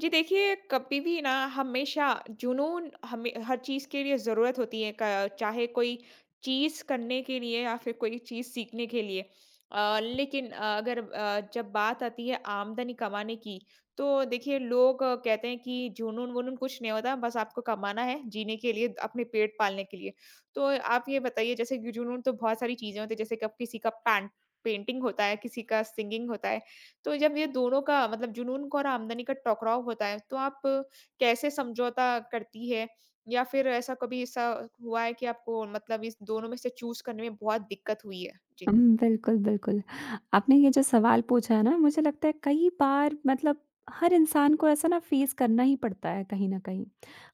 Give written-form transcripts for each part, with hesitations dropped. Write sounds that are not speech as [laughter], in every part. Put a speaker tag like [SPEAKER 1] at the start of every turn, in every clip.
[SPEAKER 1] जी देखिए, कभी भी ना हमेशा जुनून हमें हर चीज़ के लिए ज़रूरत होती है क चाहे कोई चीज़ करने के लिए या फिर कोई चीज़ सीखने के लिए। लेकिन अ, अगर अ, जब बात आती है आमदनी कमाने की, तो देखिए लोग कहते हैं कि जुनून-वुनून कुछ नहीं होता, बस आपको कमाना है जीने के लिए, अपने पेट पालने के लिए। तो आप ये बताइए जैसे कि जुनून तो बहुत सारी चीज़ें होती हैं, जैसे कब किसी का पैंट पेंटिंग होता है, किसी का सिंगिंग होता है। तो जब ये दोनों का मतलब जुनून का और आमदनी का टकराव होता है, तो आप कैसे समझौता करती है? या फिर ऐसा कभी ऐसा हुआ है कि आपको मतलब इस दोनों में से चूज़ करने में बहुत दिक्कत हुई है? जी।
[SPEAKER 2] हुँ, बिल्कुल, बिल्कुल। आपने ये जो सवाल पूछा है ना, मुझे लगता है कई बार मतलब हर इंसान को ऐसा ना फेस करना ही पड़ता है कहीं न कहीं।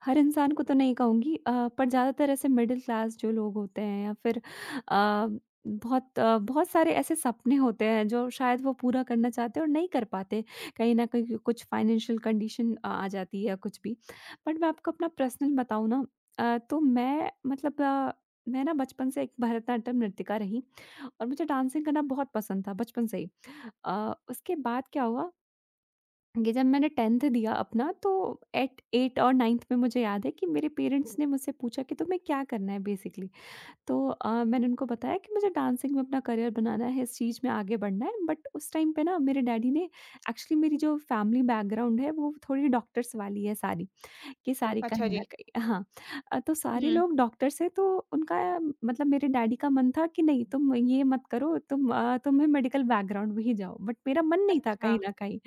[SPEAKER 2] हर इंसान को तो नहीं कहूँगी, पर ज़्यादातर ऐसे मिडल क्लास जो लोग होते हैं या फिर अ, बहुत सारे ऐसे सपने होते हैं जो शायद वो पूरा करना चाहते हैं और नहीं कर पाते। कहीं न कहीं कुछ फाइनेंशियल कंडीशन आ जाती है या कुछ भी। बट मैं आपको अपना पर्सनल बताऊँ ना, तो मैं मतलब मैं ना बचपन से एक भरतनाट्यम नृत्यिका रही। और मुझे डांसिंग करना बहुत पसंद था बचपन से ही। उसके बाद क्या हुआ कि जब मैंने 10th दिया अपना तो एट 8 और 9th में मुझे याद है कि मेरे पेरेंट्स ने मुझसे पूछा कि तुम्हें क्या करना है बेसिकली? तो मैंने उनको बताया कि मुझे डांसिंग में अपना करियर बनाना है, इस चीज़ में आगे बढ़ना है। बट उस टाइम पे ना मेरे डैडी ने एक्चुअली, मेरी जो फैमिली बैकग्राउंड है वो थोड़ी डॉक्टर्स वाली है सारी। कि सारी
[SPEAKER 1] अच्छा
[SPEAKER 2] कहीं न
[SPEAKER 1] जी।
[SPEAKER 2] कहीं हाँ। तो सारे
[SPEAKER 1] हुँ,
[SPEAKER 2] लोग डॉक्टर्स हैं, तो उनका मतलब मेरे डैडी का मन था कि नहीं तुम ये मत करो, तुम्हें मेडिकल बैकग्राउंड में ही जाओ, बट मेरा मन नहीं था
[SPEAKER 1] अच्छा।
[SPEAKER 2] कहीं न कहीं।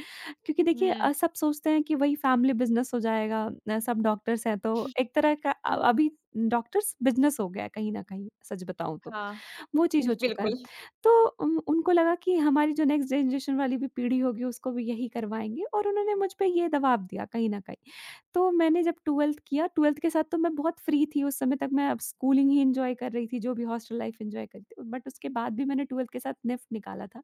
[SPEAKER 2] क्योंकि देखिए,
[SPEAKER 1] हुँ,
[SPEAKER 2] सब सोचते हैं कि वही फैमिली बिज़नेस हो जाएगा, सब डॉक्टर्स हैं तो एक तरह का,
[SPEAKER 1] हुँ,
[SPEAKER 2] अभी डॉक्टर्स बिज़नेस हो गया है कहीं न कहीं, सच बताऊँ तो।
[SPEAKER 1] हाँ।
[SPEAKER 2] वो चीज़ हो चुका है।
[SPEAKER 1] बिल्कुल।
[SPEAKER 2] तो उनको लगा कि हमारी जो नेक्स्ट जनरेशन वाली भी पीढ़ी होगी उसको भी यही करवाएँगे, और उन्होंने मुझ पे ये दबाव दिया कहीं न कहीं। तो मैंने जब 12th किया, 12th के साथ तो मैं बहुत फ्री थी, उस समय तक मैं अब स्कूलिंग ही एन्जॉय कर रही थी, जो भी हॉस्टल लाइफ़ एन्जॉय करी थी। बट उसके बाद भी मैंने 12th के साथ नेफ्ट निकाला था।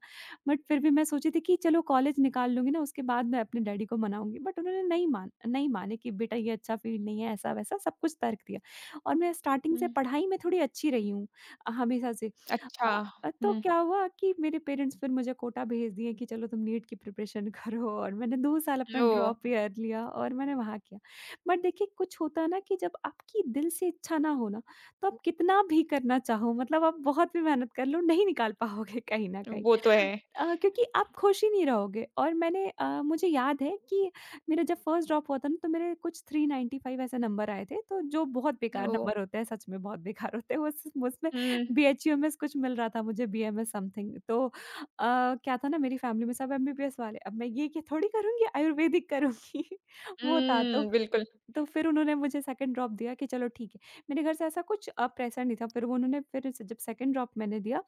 [SPEAKER 2] बट फिर भी मैं सोची थी कि चलो कॉलेज निकाल लूँगी ना उसके बाद मैं अपने डैडी को मनाऊँगी। बट उन्होंने नहीं मान नहीं माने कि बेटा ये अच्छा फ़ील्ड नहीं है, ऐसा-वैसा सब कुछ तर्क दिया। और मैं स्टार्टिंग से
[SPEAKER 1] हुँ,
[SPEAKER 2] पढ़ाई में थोड़ी अच्छी रही हूँ, हमेशा से।
[SPEAKER 1] अच्छा।
[SPEAKER 2] अ तो
[SPEAKER 1] हुँ,
[SPEAKER 2] क्या हुआ कि मेरे पेरेंट्स फिर मुझे कोटा भेज दिए कि चलो तुम नीट की प्रिपरेशन करो, और मैंने 2 साल अपना
[SPEAKER 1] ओह!
[SPEAKER 2] ड्रॉप ईयर लिया और मैंने वहाँ किया। बट देखिए कुछ होता है ना कि जब आपकी दिल से इच्छा ना हो ना, तो आप कितना भी करना चाहो मतलब आप बहुत भी मेहनत कर लो नहीं निकाल पाओगे कहीं न कहीं।
[SPEAKER 1] वो तो है।
[SPEAKER 2] क्योंकि आप खुश ही नहीं रहोगे, और मैंने मुझे याद है कि मेरा जब फर्स्ट ड्रॉप हुआ था ना तो मेरे कुछ 395 ऐसे नंबर आए थे, तो जो बहुत बेकार
[SPEAKER 1] ओह!
[SPEAKER 2] नंबर होते हैं, सच में बहुत बेकार होते हैं उस उसमें
[SPEAKER 1] हुँ,
[SPEAKER 2] बीएचयूएमएस कुछ मिल रहा था मुझे, बीएमएस समथिंग, तो क्या था ना मेरी फैमिली में सब एमबीबीएस वाले, अब मैं ये क्या थोड़ी करूँगी आयुर्वेदिक करूँगी [laughs] वो था,
[SPEAKER 1] हुँ, बिल्कुल।
[SPEAKER 2] तो फिर उन्होंने मुझे सेकंड ड्रॉप दिया कि चलो ठीक है। मेरे घर से ऐसा कुछ प्रेशर नहीं था। फिर वो उन्होंने फिर स जब सेकंड ड्रॉप मैंने दिया,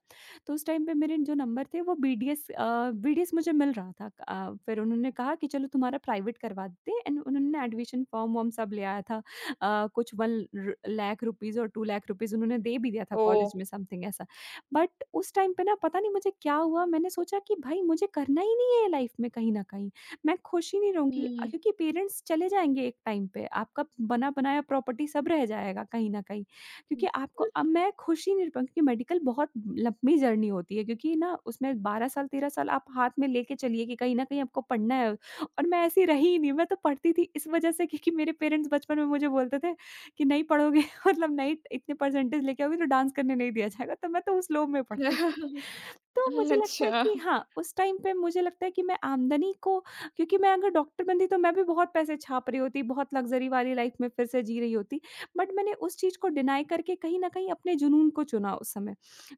[SPEAKER 2] तो उस टाइम पे मेरे जो नंबर थे वो बीडीएस मुझे मिल रहा था। फिर उन्होंने कहा कि चलो तुम्हारा प्राइवेट करवा देते हैं, एंड उन्होंने एडमिशन फॉर्म-वॉर्म सब ले आया था। कुछ 1 र लाख रुपीज़ और 2 लाख रुपीज़ उन्होंने दे भी दिया था
[SPEAKER 1] ओह!
[SPEAKER 2] कॉलेज में, समथिंग ऐसा। बट उस टाइम पे ना पता नहीं मुझे क्या हुआ, मैंने सोचा कि भाई मुझे करना ही नहीं है लाइफ में कहीं न कहीं। मैं खुश ही नहीं रहूँगी,
[SPEAKER 1] हुँ,
[SPEAKER 2] क्योंकि पेरेंट्स चले जाएँगे एक टाइम पे, आपका बना-बनाया प्रॉपर्टी सब रह जाएगा कहीं न कहीं। क्योंकि आपको, अब मैं खुश ही नहीं रह पाऊँगी क्योंकि मेडिकल बहुत लंबी जर्नी होती है, क्योंकि ना उसमें 12 साल 13 साल आप हाथ में लेके चलिए कि कहीं न कहीं आपको पढ़ना है, और मैं ऐसी रही ही नहीं, मैं तो पढ़ती थी इस वजह से क्योंकि मेरे पेरेंट्स बचपन में मुझे बोलते थे कि नहीं पढ़ोगे [laughs] मतलब नहीं इतने परसेंटेज लेके आओगे तो डांस करने नहीं दिया जाएगा, तो मैं तो उस लोभ में पढ़ती थी।
[SPEAKER 1] बिल्कुल।
[SPEAKER 2] तो मुझे
[SPEAKER 1] [laughs]
[SPEAKER 2] लगता है
[SPEAKER 1] अच्छा।
[SPEAKER 2] कि हाँ, उस टाइम पे मुझे लगता है कि मैं आमदनी को, क्योंकि मैं अगर डॉक्टर बनती तो मैं भी बहुत पैसे छाप रही होती, बहुत लग्ज़री वाली लाइफ़ में फिर से जी रही होती। बट मैंने उस चीज़ को डिनाई करके कहीं न कहीं अपने जुनून को चुना उस समय।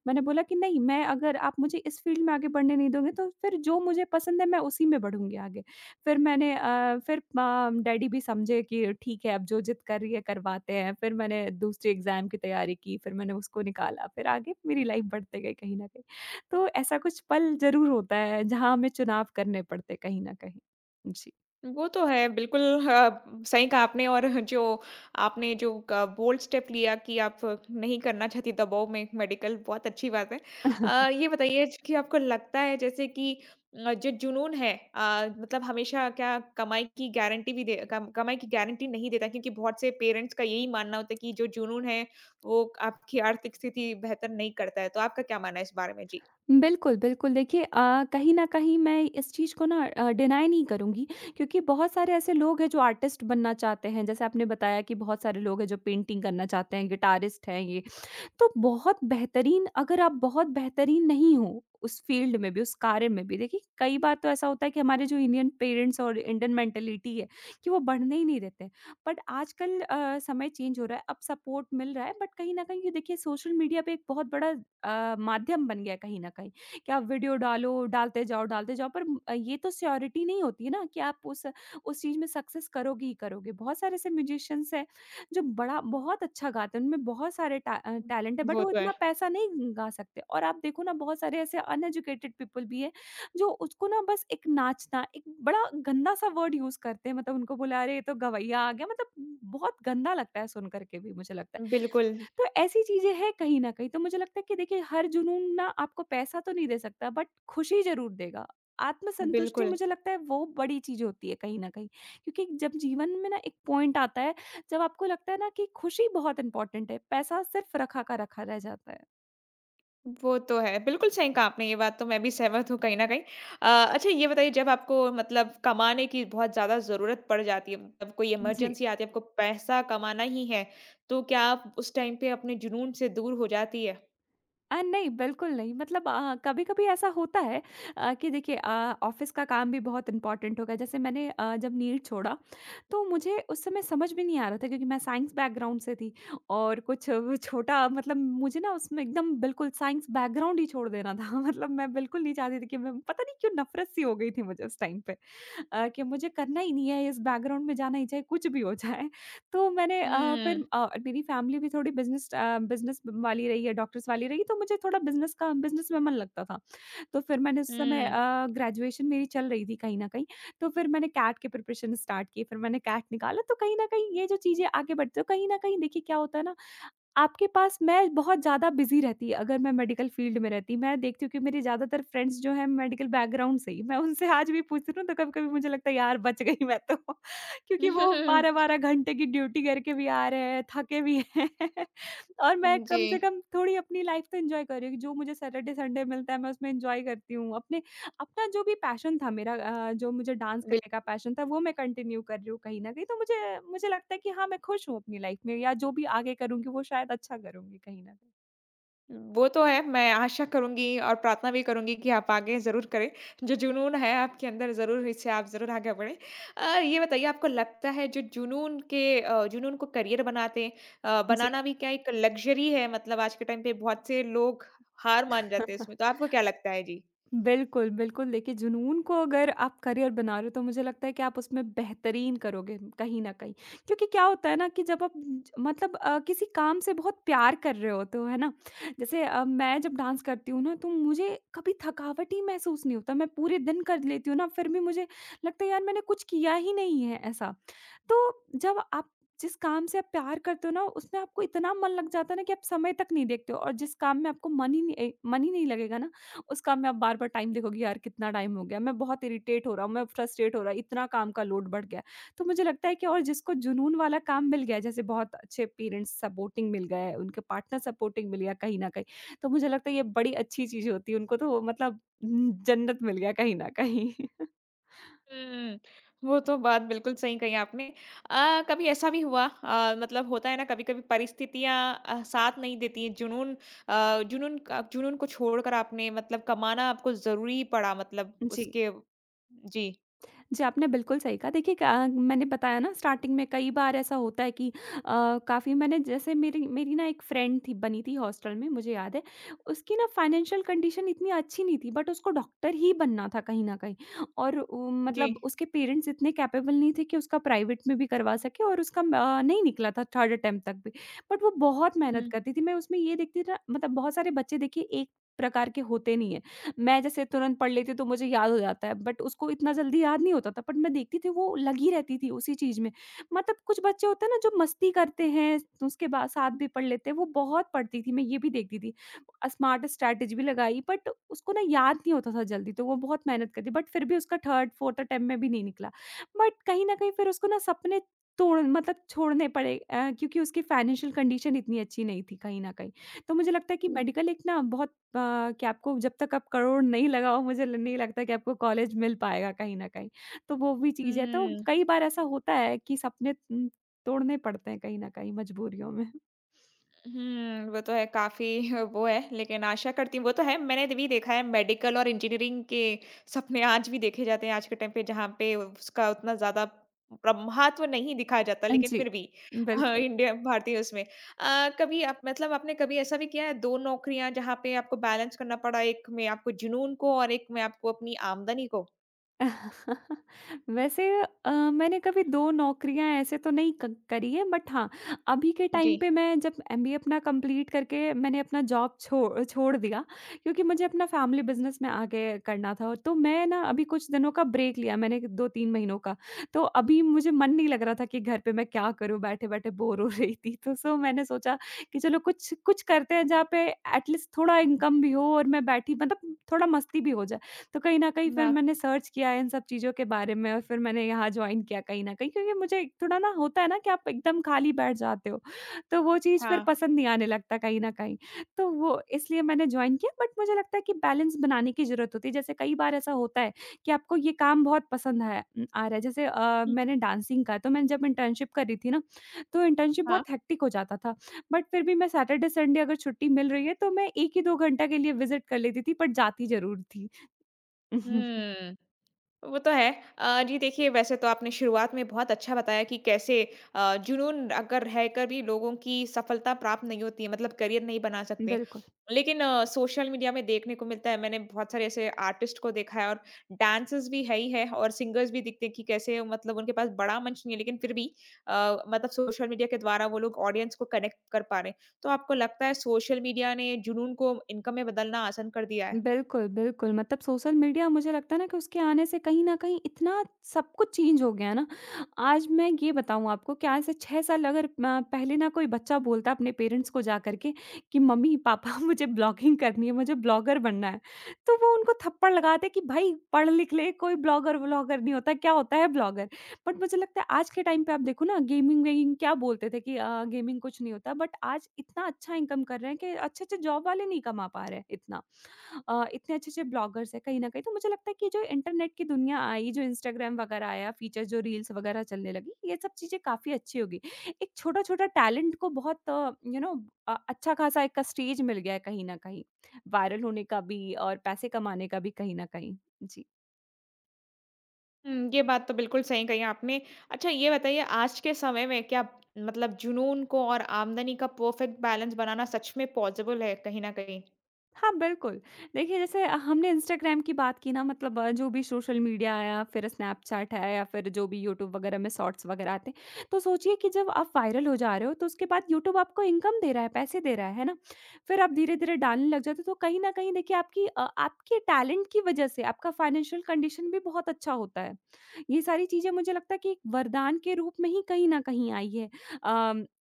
[SPEAKER 2] मैंने बोला कि नहीं मैं, अगर आप मुझे इस फ़ील्ड में आगे बढ़ने नहीं दोगे तो फिर जो मुझे पसंद है मैं उसी में बढ़ूँगी आगे। फिर डैडी भी समझे कि ठीक है अब जो ज़िद कर रही है करवाते हैं। फिर मैंने दूसरी एग्ज़ाम की तैयारी की, फिर मैंने उसको निकाला, फिर आगे मेरी लाइफ़ बढ़ते गई कहीं न कहीं। तो ऐसा कुछ पल ज़रूर होता है, जहाँ हमें चुनाव करने पड़ते हैं कहीं न कहीं। जी।
[SPEAKER 1] वो तो है, बिल्कुल हाँ, सही कहा आपने और जो आपने जो क बोल्ड स्टेप लिया कि आप नहीं करना चाहती दबाव में मेडिकल, बहुत अच्छी बात है। ये बताइए कि आपको लगता है जैसे कि जो जुनून है, मतलब हमेशा क्या कमाई की गारंटी भी दे, कम कमाई की गारंटी नहीं देता, क्योंकि बहुत से पेरेंट्स का यही मानना होता है कि जो जुनून है, वो आपकी आर्थिक स्थिति बेहतर नहीं करता है। तो आपका क्या मानना है इस बारे में? जी।
[SPEAKER 2] बिल्कुल, बिल्कुल। देखिए, कहीं न कहीं मैं इस चीज़ को ना, डिनाई नहीं करूँगी, क्योंकि बहुत सारे ऐसे लोग हैं जो आर्टिस्ट बनना चाहते हैं। जैसे आपने बताया कि बहुत सारे लोग हैं जो पेंटिंग करना चाहते हैं, गिटारिस्ट हैं, ये तो बहुत बेहतरीन, अगर आप बहुत बेहतरीन नहीं हो, उस फ़ील्ड में भी, उस कार्य में भी, देखिए कई बार तो ऐसा होता है कि हमारे जो इंडियन पेरेंट्स और इंडियन मेंटालिटी है कि वो बढ़ने ही नहीं देते हैं। बट आजकल समय चेंज हो रहा है, अब सपोर्ट मिल रहा है, बट कहीं न कहीं ये देखिए सोशल मीडिया पे एक बहुत बड़ा माध्यम बन गया है कहीं न कहीं कि आप वीडियो डालो, डालते जाओ, डालते जाओ, पर ये तो श्योरिटी नहीं होती है ना कि आप उस चीज़ में सक्सेस करोगे ही करोगे। बहुत सारे ऐसे म्यूज़िशियंस हैं जो बड़ा बहुत अच्छा गाते हैं, उनमें बहुत सारे टैलेंट है, बट
[SPEAKER 1] वो
[SPEAKER 2] वो
[SPEAKER 1] तो है।
[SPEAKER 2] इतना पैसा नहीं गा सकते, और आप देखो ना बहुत सारे ऐसे अनएजुकेटेड पीपल भी हैं, जो उसको ना बस एक नाचना, एक बड़ा गंदा-सा वर्ड यूज़ करते हैं मतलब उनको बोला अरे ये तो गवैया आ गया मतलब बहुत गंदा लगता है सुन करके भी, मुझे लगता है।
[SPEAKER 1] बिल्कुल,
[SPEAKER 2] तो ऐसी चीज़ें हैं कहीं न कहीं, तो मुझे लगता है कि देखिए हर जुनून ना आपको पैसा तो नहीं दे सकता, बट खुशी ज़रूर देगा। आत्मसंतुष्टि
[SPEAKER 1] बिल्कुल।
[SPEAKER 2] मुझे लगता है वो बड़ी चीज़ होती है कहीं न कहीं, क्योंकि जब जीवन में ना एक पॉइंट आता है जब आपको लगता है ना कि खुशी बहुत इम्पोर्टेंट है, पैसा सिर्फ रखा का रखा रह जाता है।
[SPEAKER 1] वो तो है। बिल्कुल सही कहा आपने, ये बात तो मैं भी सहमत हूँ कहीं न कहीं। अ, अच्छा ये बताइए, जब आपको मतलब कमाने की बहुत ज़्यादा ज़रूरत पड़ जाती है, मतलब कोई
[SPEAKER 2] जी।
[SPEAKER 1] इमरजेंसी आती है, आपको पैसा कमाना ही है, तो क्या आप उस टाइम पे अपने जुनून से दूर हो जाती है?
[SPEAKER 2] नहीं, बिल्कुल नहीं। मतलब कभी-कभी ऐसा होता है, कि देखिए ऑफ़िस का काम भी बहुत इम्पोर्टेंट हो गया। जैसे मैंने जब नीट छोड़ा, तो मुझे उस समय समझ में नहीं आ रहा था क्योंकि मैं साइंस बैकग्राउंड से थी, और कुछ वो छोटा मतलब मुझे ना उसमें एकदम बिल्कुल साइंस बैकग्राउंड ही छोड़ देना था। [laughs] मतलब मैं बिल्कुल नहीं चाहती थी कि मैं, पता नहीं क्यों नफ़रत-सी हो गई थी मुझे उस टाइम पे। कि मुझे करना ही नहीं है, इस बैकग्राउंड में जाना ही चाहिए, कुछ भी हो जाए। [laughs] तो मैंने
[SPEAKER 1] हुँ,
[SPEAKER 2] फिर मेरी फैमिली भी थोड़ी बिज़नेस वाली रही है, डॉक्टर्स वाली रही, तो मुझे थोड़ा बिज़नेस का, बिज़नेस में मन लगता था। तो फिर मैंने उस समय
[SPEAKER 1] हुँ।
[SPEAKER 2] ग्रेजुएशन मेरी चल रही थी कहीं न कहीं, तो फिर मैंने कैट की प्रिपरेशन स्टार्ट की, फिर मैंने कैट निकाला। तो कहीं न कहीं ये जो चीज़ें आगे बढ़ती हैं, तो कहीं न कहीं देखिए क्या होता है ना, आपके पास, मैं बहुत ज़्यादा बिज़ी रहती अगर मैं मेडिकल फ़ील्ड में रहती। मैं देखती हूँ कि मेरे ज़्यादातर फ्रेंड्स जो हैं मेडिकल बैकग्राउंड से ही, मैं उनसे आज भी पूछती हूँ तो कभी-कभी मुझे लगता है यार बच गई मैं तो [laughs] क्योंकि वो
[SPEAKER 1] [laughs]
[SPEAKER 2] 12-12 घंटे की ड्यूटी करके भी आ रहे हैं, थके भी हैं [laughs] और मैं
[SPEAKER 1] जी।
[SPEAKER 2] कम से कम थोड़ी अपनी लाइफ़ तो एन्जॉय कर रही हूँ, जो मुझे सैटरडे, संडे मिलता है मैं उसमें एन्जॉय करती हूँ। अपने अपना जो भी पैशन था मेरा, जो मुझे डांस करने का पैशन था वो मैं कंटिन्यू कर रही हूँ कहीं न कहीं। तो मुझे मुझे लगता है कि हाँ, मैं खुश हूँ अपनी लाइफ़ में, या जो भी आगे करूँगी वो शायद अच्छा करूँगी कहीं न कहीं।
[SPEAKER 1] वो तो है, मैं आशा करूँगी और प्रार्थना भी करूँगी कि आप आगे ज़रूर करें। जो जुनून है आपके अंदर, ज़रूर इससे आप ज़रूर आगे बढ़ें। ये बताइए, आपको लगता है जो जुनून के अ, जुनून को
[SPEAKER 2] जी।
[SPEAKER 1] बनाना भी क्या एक लग्ज़री है, मतलब आज के टाइम पे बहुत से लोग हार मान जाते हैं
[SPEAKER 2] [laughs]
[SPEAKER 1] इसमें, तो आपको क्या लगता है? जी।
[SPEAKER 2] बिल्कुल, बिल्कुल। देखिए जुनून को अगर आप करियर बना रहे हो तो मुझे लगता है कि आप उसमें बेहतरीन करोगे कहीं न कहीं। क्योंकि क्या होता है ना कि जब आप मतलब किसी काम से बहुत प्यार कर रहे होते हो, है ना? जैसे मैं जब डांस करती हूँ ना तो मुझे कभी थकावट ही महसूस नहीं होता। मैं पूरे दिन कर लेती हूँ ना, फिर भी मुझे लगता है यार मैंने कुछ किया ही नहीं है ऐसा। तो जब आप जिस काम से आप प्यार करते हो ना, उसमें आपको इतना मन लग जाता है ना कि आप समय तक नहीं देखते हो, और जिस काम में आपको मन ही नहीं मन ही नहीं लगेगा ना, उस काम में आप बार-बार टाइम देखोगे, यार कितना टाइम हो गया, मैं बहुत इरिटेट हो रहा हूँ, मैं फ्रस्ट्रेट हो रहा, इतना काम का लोड बढ़ गया है। तो मुझे लगता है कि, और जिसको जुनून वाला काम मिल गया है, जैसे बहुत अच्छे पेरेंट्स सपोर्टिंग मिल गए, उनके पार्टनर सपोर्टिंग मिल गया कहीं न कहीं, तो मुझे लगता है ये बड़ी अच्छी चीज़ होती है। उनको तो वो मतलब जन्नत मिल गया कहीं न कहीं। [laughs]
[SPEAKER 1] हुँ, वो तो बात बिल्कुल सही कही आपने। कभी ऐसा भी हुआ, मतलब होता है ना, कभी-कभी परिस्थितियाँ साथ नहीं देती हैं, जुनून अ, जुनून क जुनून को छोड़कर आपने मतलब कमाना आपको ज़रूरी पड़ा, मतलब
[SPEAKER 2] जी।
[SPEAKER 1] उसके जी,
[SPEAKER 2] जी, आपने बिल्कुल सही कहा। देखिए, क मैंने बताया ना, स्टार्टिंग में कई बार ऐसा होता है कि काफ़ी, मैंने जैसे मेरी मेरी ना एक फ्रेंड थी बनी थी हॉस्टल में, मुझे याद है। उसकी ना फाइनेंशियल कंडीशन इतनी अच्छी नहीं थी, बट उसको डॉक्टर ही बनना था कहीं न कहीं, और उ
[SPEAKER 1] जी।
[SPEAKER 2] मतलब उसके पेरेंट्स इतने कैपेबल नहीं थे कि उसका प्राइवेट में भी करवा सकें, और उसका नहीं निकला था थर्ड अटेम्प्ट तक भी। बट वो बहुत मेहनत
[SPEAKER 1] हुँ,
[SPEAKER 2] करती थी। मैं उसमें ये देखती थी ना, मतलब बहुत सारे बच्चे देखिए एक प्रकार के होते नहीं हैं। मैं जैसे तुरंत पढ़ लेती हूँ, तो मुझे याद हो जाता है, बट उसको इतना जल्दी याद नहीं होता था, बट मैं देखती थी वो लगी रहती थी उसी चीज़ में। मतलब कुछ बच्चे होते हैं ना जो मस्ती करते हैं तो उसके बाद साथ भी पढ़ लेते हैं, वो बहुत पढ़ती थी, मैं ये भी देखती थी। स्मार्ट स्ट्रैटेजी भी लगाई, बट उसको ना याद नहीं होता था जल्दी, तो वो बहुत मेहनत करती, बट फिर भी उसका 3rd 4th अटेम्प्ट में भी नहीं निकला। बट कहीं न कहीं फिर उसको ना सपने तोड़ मतलब छोड़ने पड़े, क्योंकि उसकी फाइनेंशियल कंडीशन इतनी अच्छी नहीं थी कहीं न कहीं। तो मुझे लगता है कि
[SPEAKER 1] हुँ,
[SPEAKER 2] मेडिकल एक ना बहुत कि आपको जब तक आप करोड़ नहीं लगाओ, मुझे ल नहीं लगता कि आपको कॉलेज मिल पाएगा कहीं न कहीं। तो वो भी चीज़ है, तो
[SPEAKER 1] हुँ।
[SPEAKER 2] कई बार ऐसा होता है कि सपने तोड़ने पड़ते हैं कहीं न कहीं मजबूरियों में।
[SPEAKER 1] हुँ, वो तो है काफ़ी। [laughs] वो है, लेकिन आशा करती हूँ, वो तो है, मैंने भी देखा है, मेडिकल और इंजीनियरिंग के सपने आज भी देखे जाते हैं आज के टाइम पे, जहाँ पे उसका उतना ज़्यादा प्र महत्व नहीं दिखाया जाता, लेकिन
[SPEAKER 2] जी।
[SPEAKER 1] फिर भी। [laughs]
[SPEAKER 2] बिल्कुल।
[SPEAKER 1] इंडिया भारतीय उसमें। कभी आप मतलब आपने कभी ऐसा भी किया है 2 नौकरियाँ जहाँ पे आपको बैलेंस करना पड़ा, एक में आपको जुनून को और एक में आपको अपनी आमदनी को?
[SPEAKER 2] [laughs] वैसे मैंने कभी 2 नौकरियाँ ऐसे तो नहीं क करी है, बट हाँ, अभी के
[SPEAKER 1] जी।
[SPEAKER 2] टाइम पे, मैं जब एमबीए अपना कंप्लीट करके मैंने अपना जॉब छो छोड़ दिया, क्योंकि मुझे अपना फैमिली बिज़नेस में आगे करना था। तो मैं ना अभी कुछ दिनों का ब्रेक लिया मैंने, 2-3 महीनों का। तो अभी मुझे मन नहीं लग रहा था कि घर पे मैं क्या करूँ? बैठे-बैठे बोर हो रही थी। तो सो मैंने सोचा कि चलो कुछ कुछ करते हैं जहाँ पे एट लीस्ट थोड़ा इनकम भी हो, और मैं बैठी मतलब थोड़ा मस्ती भी हो जाए। तो कहीं न कहीं फिर
[SPEAKER 1] ना,
[SPEAKER 2] मैंने सर्च किया इन सब चीज़ों के बारे में, और फिर मैंने यहाँ जॉइन किया कहीं न कहीं, क्योंकि मुझे एक थोड़ा ना होता है ना कि आप एकदम खाली बैठ जाते हो, तो वो चीज़ फिर
[SPEAKER 1] हाँ।
[SPEAKER 2] पसंद नहीं आने लगता कहीं न कहीं। तो वो इसलिए मैंने जॉइन किया, बट मुझे लगता है कि बैलेंस बनाने की ज़रूरत होती है। जैसे कई बार ऐसा होता है कि आपको ये काम बहुत पसंद है, आ रहा है, जैसे
[SPEAKER 1] हुँ,
[SPEAKER 2] मैंने डांसिंग का, तो मैंने जब इंटर्नशिप करी थी ना, तो इंटर्नशिप
[SPEAKER 1] हाँ।
[SPEAKER 2] बहुत हेक्टिक हो जाता था। बट फिर भी मैं सैटरडे संडे अगर छुट्टी मिल रही है तो मैं 1 ही 2 घंटा के लिए विज़िट कर लेती थी, बट जाती ज़रूर थी। [laughs]
[SPEAKER 1] हुँ। वो तो है। जी देखिए, वैसे तो आपने शुरुआत में बहुत अच्छा बताया कि कैसे जुनून अगर रहकर भी लोगों की सफलता प्राप्त नहीं होती है, मतलब करियर नहीं बना सकते।
[SPEAKER 2] बिल्कुल।
[SPEAKER 1] लेकिन सोशल मीडिया में देखने को मिलता है, मैंने बहुत सारे ऐसे आर्टिस्ट को देखा है और डांसर्स भी है ही है और सिंगर्स भी दिखते हैं कि कैसे मतलब उनके पास बड़ा मंच नहीं है, लेकिन फिर भी अ, मतलब सोशल मीडिया के द्वारा वो लोग ऑडियंस को कनेक्ट कर पा रहे हैं। तो आपको लगता है सोशल मीडिया ने जुनून को इनकम में बदलना आसान कर दिया है?
[SPEAKER 2] बिल्कुल, बिल्कुल। मतलब सोशल मीडिया मुझे लगता है ना कि उसके आने से कहीं न कहीं इतना सब कुछ चेंज हो गया है ना। आज मैं ये बताऊँ आपको कि आज से 6 साल अगर म पहले ना कोई बच्चा बोलता अपने पेरेंट्स को जा कर के कि मम्मी-पापा [laughs] मुझे ब्लॉगिंग करनी है, मुझे ब्लॉगर बनना है। तो वो उनको थप्पड़ लगाते कि भाई पढ़ लिख ले, कोई ब्लॉगर-व्लॉगर नहीं होता, क्या होता है ब्लॉगर? बट मुझे लगता है आज के टाइम पे आप देखो ना, गेमिंग-वेमिंग क्या बोलते थे कि गेमिंग कुछ नहीं होता, बट आज इतना अच्छा इनकम कर रहे हैं कि अच्छे-अच्छे जॉब वाले नहीं कमा पा रहे हैं इतना। इतने अच्छे-अच्छे ब्लॉगर्स हैं कहीं न कहीं। तो मुझे लगता है कि जो इंटरनेट की दुनिया आई, जो इंस्टाग्राम वगैरह आया, फ़ीचर जो रील्स वगैरह चलने लगी, ये सब चीज़ें काफ़ी अच्छी हो गई। एक छोटा-छोटा टैलेंट को बहुत, यू नो, अच्छा खासा एक का स्टेज मिल गया है कहीं न कहीं, वायरल होने का भी और पैसे कमाने का भी कहीं न कहीं। जी।
[SPEAKER 1] हुँ, ये बात तो बिल्कुल सही कही आपने। अच्छा ये बताइए, आज के समय में क्या मतलब जुनून को और आमदनी का परफेक्ट बैलेंस बनाना सच में पॉसिबल है कहीं न कहीं?
[SPEAKER 2] हाँ, बिल्कुल। देखिए, जैसे हमने इंस्टाग्राम की बात की ना, मतलब जो भी सोशल मीडिया आया, फिर स्नैपचैट है या फिर जो भी यूट्यूब वगैरह में शॉर्ट्स वगैरह आते हैं। तो सोचिए कि जब आप वायरल हो जा रहे हो, तो उसके बाद यूट्यूब आपको इनकम दे रहा है, पैसे दे रहा है ना? फिर आप धीरे-धीरे डालने लग जाते हो, तो कहीं न कहीं देखिए आपके टैलेंट की वजह से आपका फाइनेंशियल कंडीशन भी बहुत अच्छा होता है। ये सारी चीज़ें मुझे लगता है कि एक वरदान के रूप में ही कहीं न कहीं आई है। अ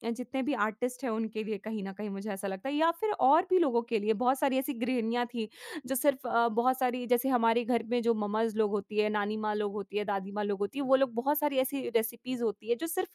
[SPEAKER 2] जितने भी आर्टिस्ट हैं उनके लिए कहीं न कहीं मुझे ऐसा लगता है, या फिर और भी लोगों के लिए। बहुत सारी ऐसी गृहिणियाँ थी जो सिर्फ़ बहुत सारी, जैसे हमारे घर में जो मम्माज़ लोग होती है, नानी माँ लोग होती है, दादी माँ लोग होती है, वो लोग बहुत सारी ऐसी रेसिपीज़ होती है जो सिर्फ़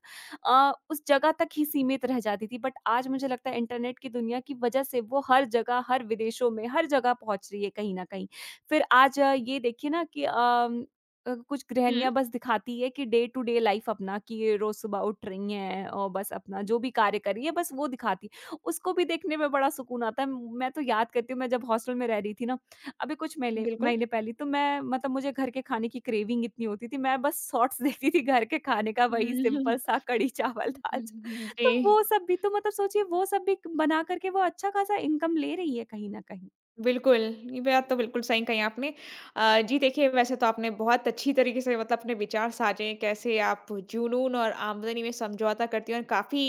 [SPEAKER 2] उस जगह तक ही सीमित रह जाती थी। बट आज मुझे लगता है इंटरनेट की दुनिया की वजह से वो हर जगह, हर विदेशों में, हर जगह पहुँच रही है कहीं न कहीं। फिर आज ये देखिए ना कि कुछ
[SPEAKER 1] हुँ,
[SPEAKER 2] गृहणियाँ बस दिखाती है कि डे टू डे लाइफ अपना, कि ये रोज़ सुबह उठ रही हैं और बस अपना जो भी कार्य कर रही है बस वो दिखाती है। उसको भी देखने में बड़ा सुकून आता है। मैं तो याद करती हूँ, मैं जब हॉस्टल में रह रही थी ना, अभी कुछ महीने
[SPEAKER 1] बिल्कुल।
[SPEAKER 2] महीने पहले, तो मैं मतलब मुझे घर के खाने की क्रेविंग इतनी होती थी, मैं बस शॉर्ट्स [laughs] देखती थी घर के खाने का,
[SPEAKER 1] [laughs] हुँ,
[SPEAKER 2] वही
[SPEAKER 1] हुँ,
[SPEAKER 2] सिंपल सा कढ़ी चावल दाल
[SPEAKER 1] हुँ,
[SPEAKER 2] चा
[SPEAKER 1] हुँ, हुँ, [laughs]
[SPEAKER 2] [laughs] तो
[SPEAKER 1] जी।
[SPEAKER 2] वो सब भी तो मतलब सोचिए, वो सब भी बना कर के वो अच्छा खासा इनकम ले रही है कहीं न कहीं।
[SPEAKER 1] बिल्कुल, ये बात तो बिल्कुल सही कही आपने। जी देखिए, वैसे तो आपने बहुत अच्छी तरीके से मतलब अपने विचार साझे हैं, कैसे आप जुनून और आमदनी में समझौता करती हैं, और काफ़ी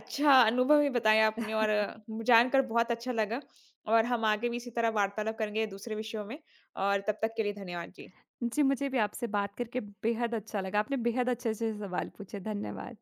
[SPEAKER 1] अच्छा अनुभव भी बताया आपने और जानकर बहुत अच्छा लगा। और हम आगे भी इसी तरह वार्तालाप करेंगे दूसरे विषयों में, और तब तक के लिए धन्यवाद। जी।
[SPEAKER 2] जी, मुझे भी आपसे बात करके बेहद अच्छा लगा। आपने बेहद अच्छे-अच्छे सवाल पूछे। धन्यवाद।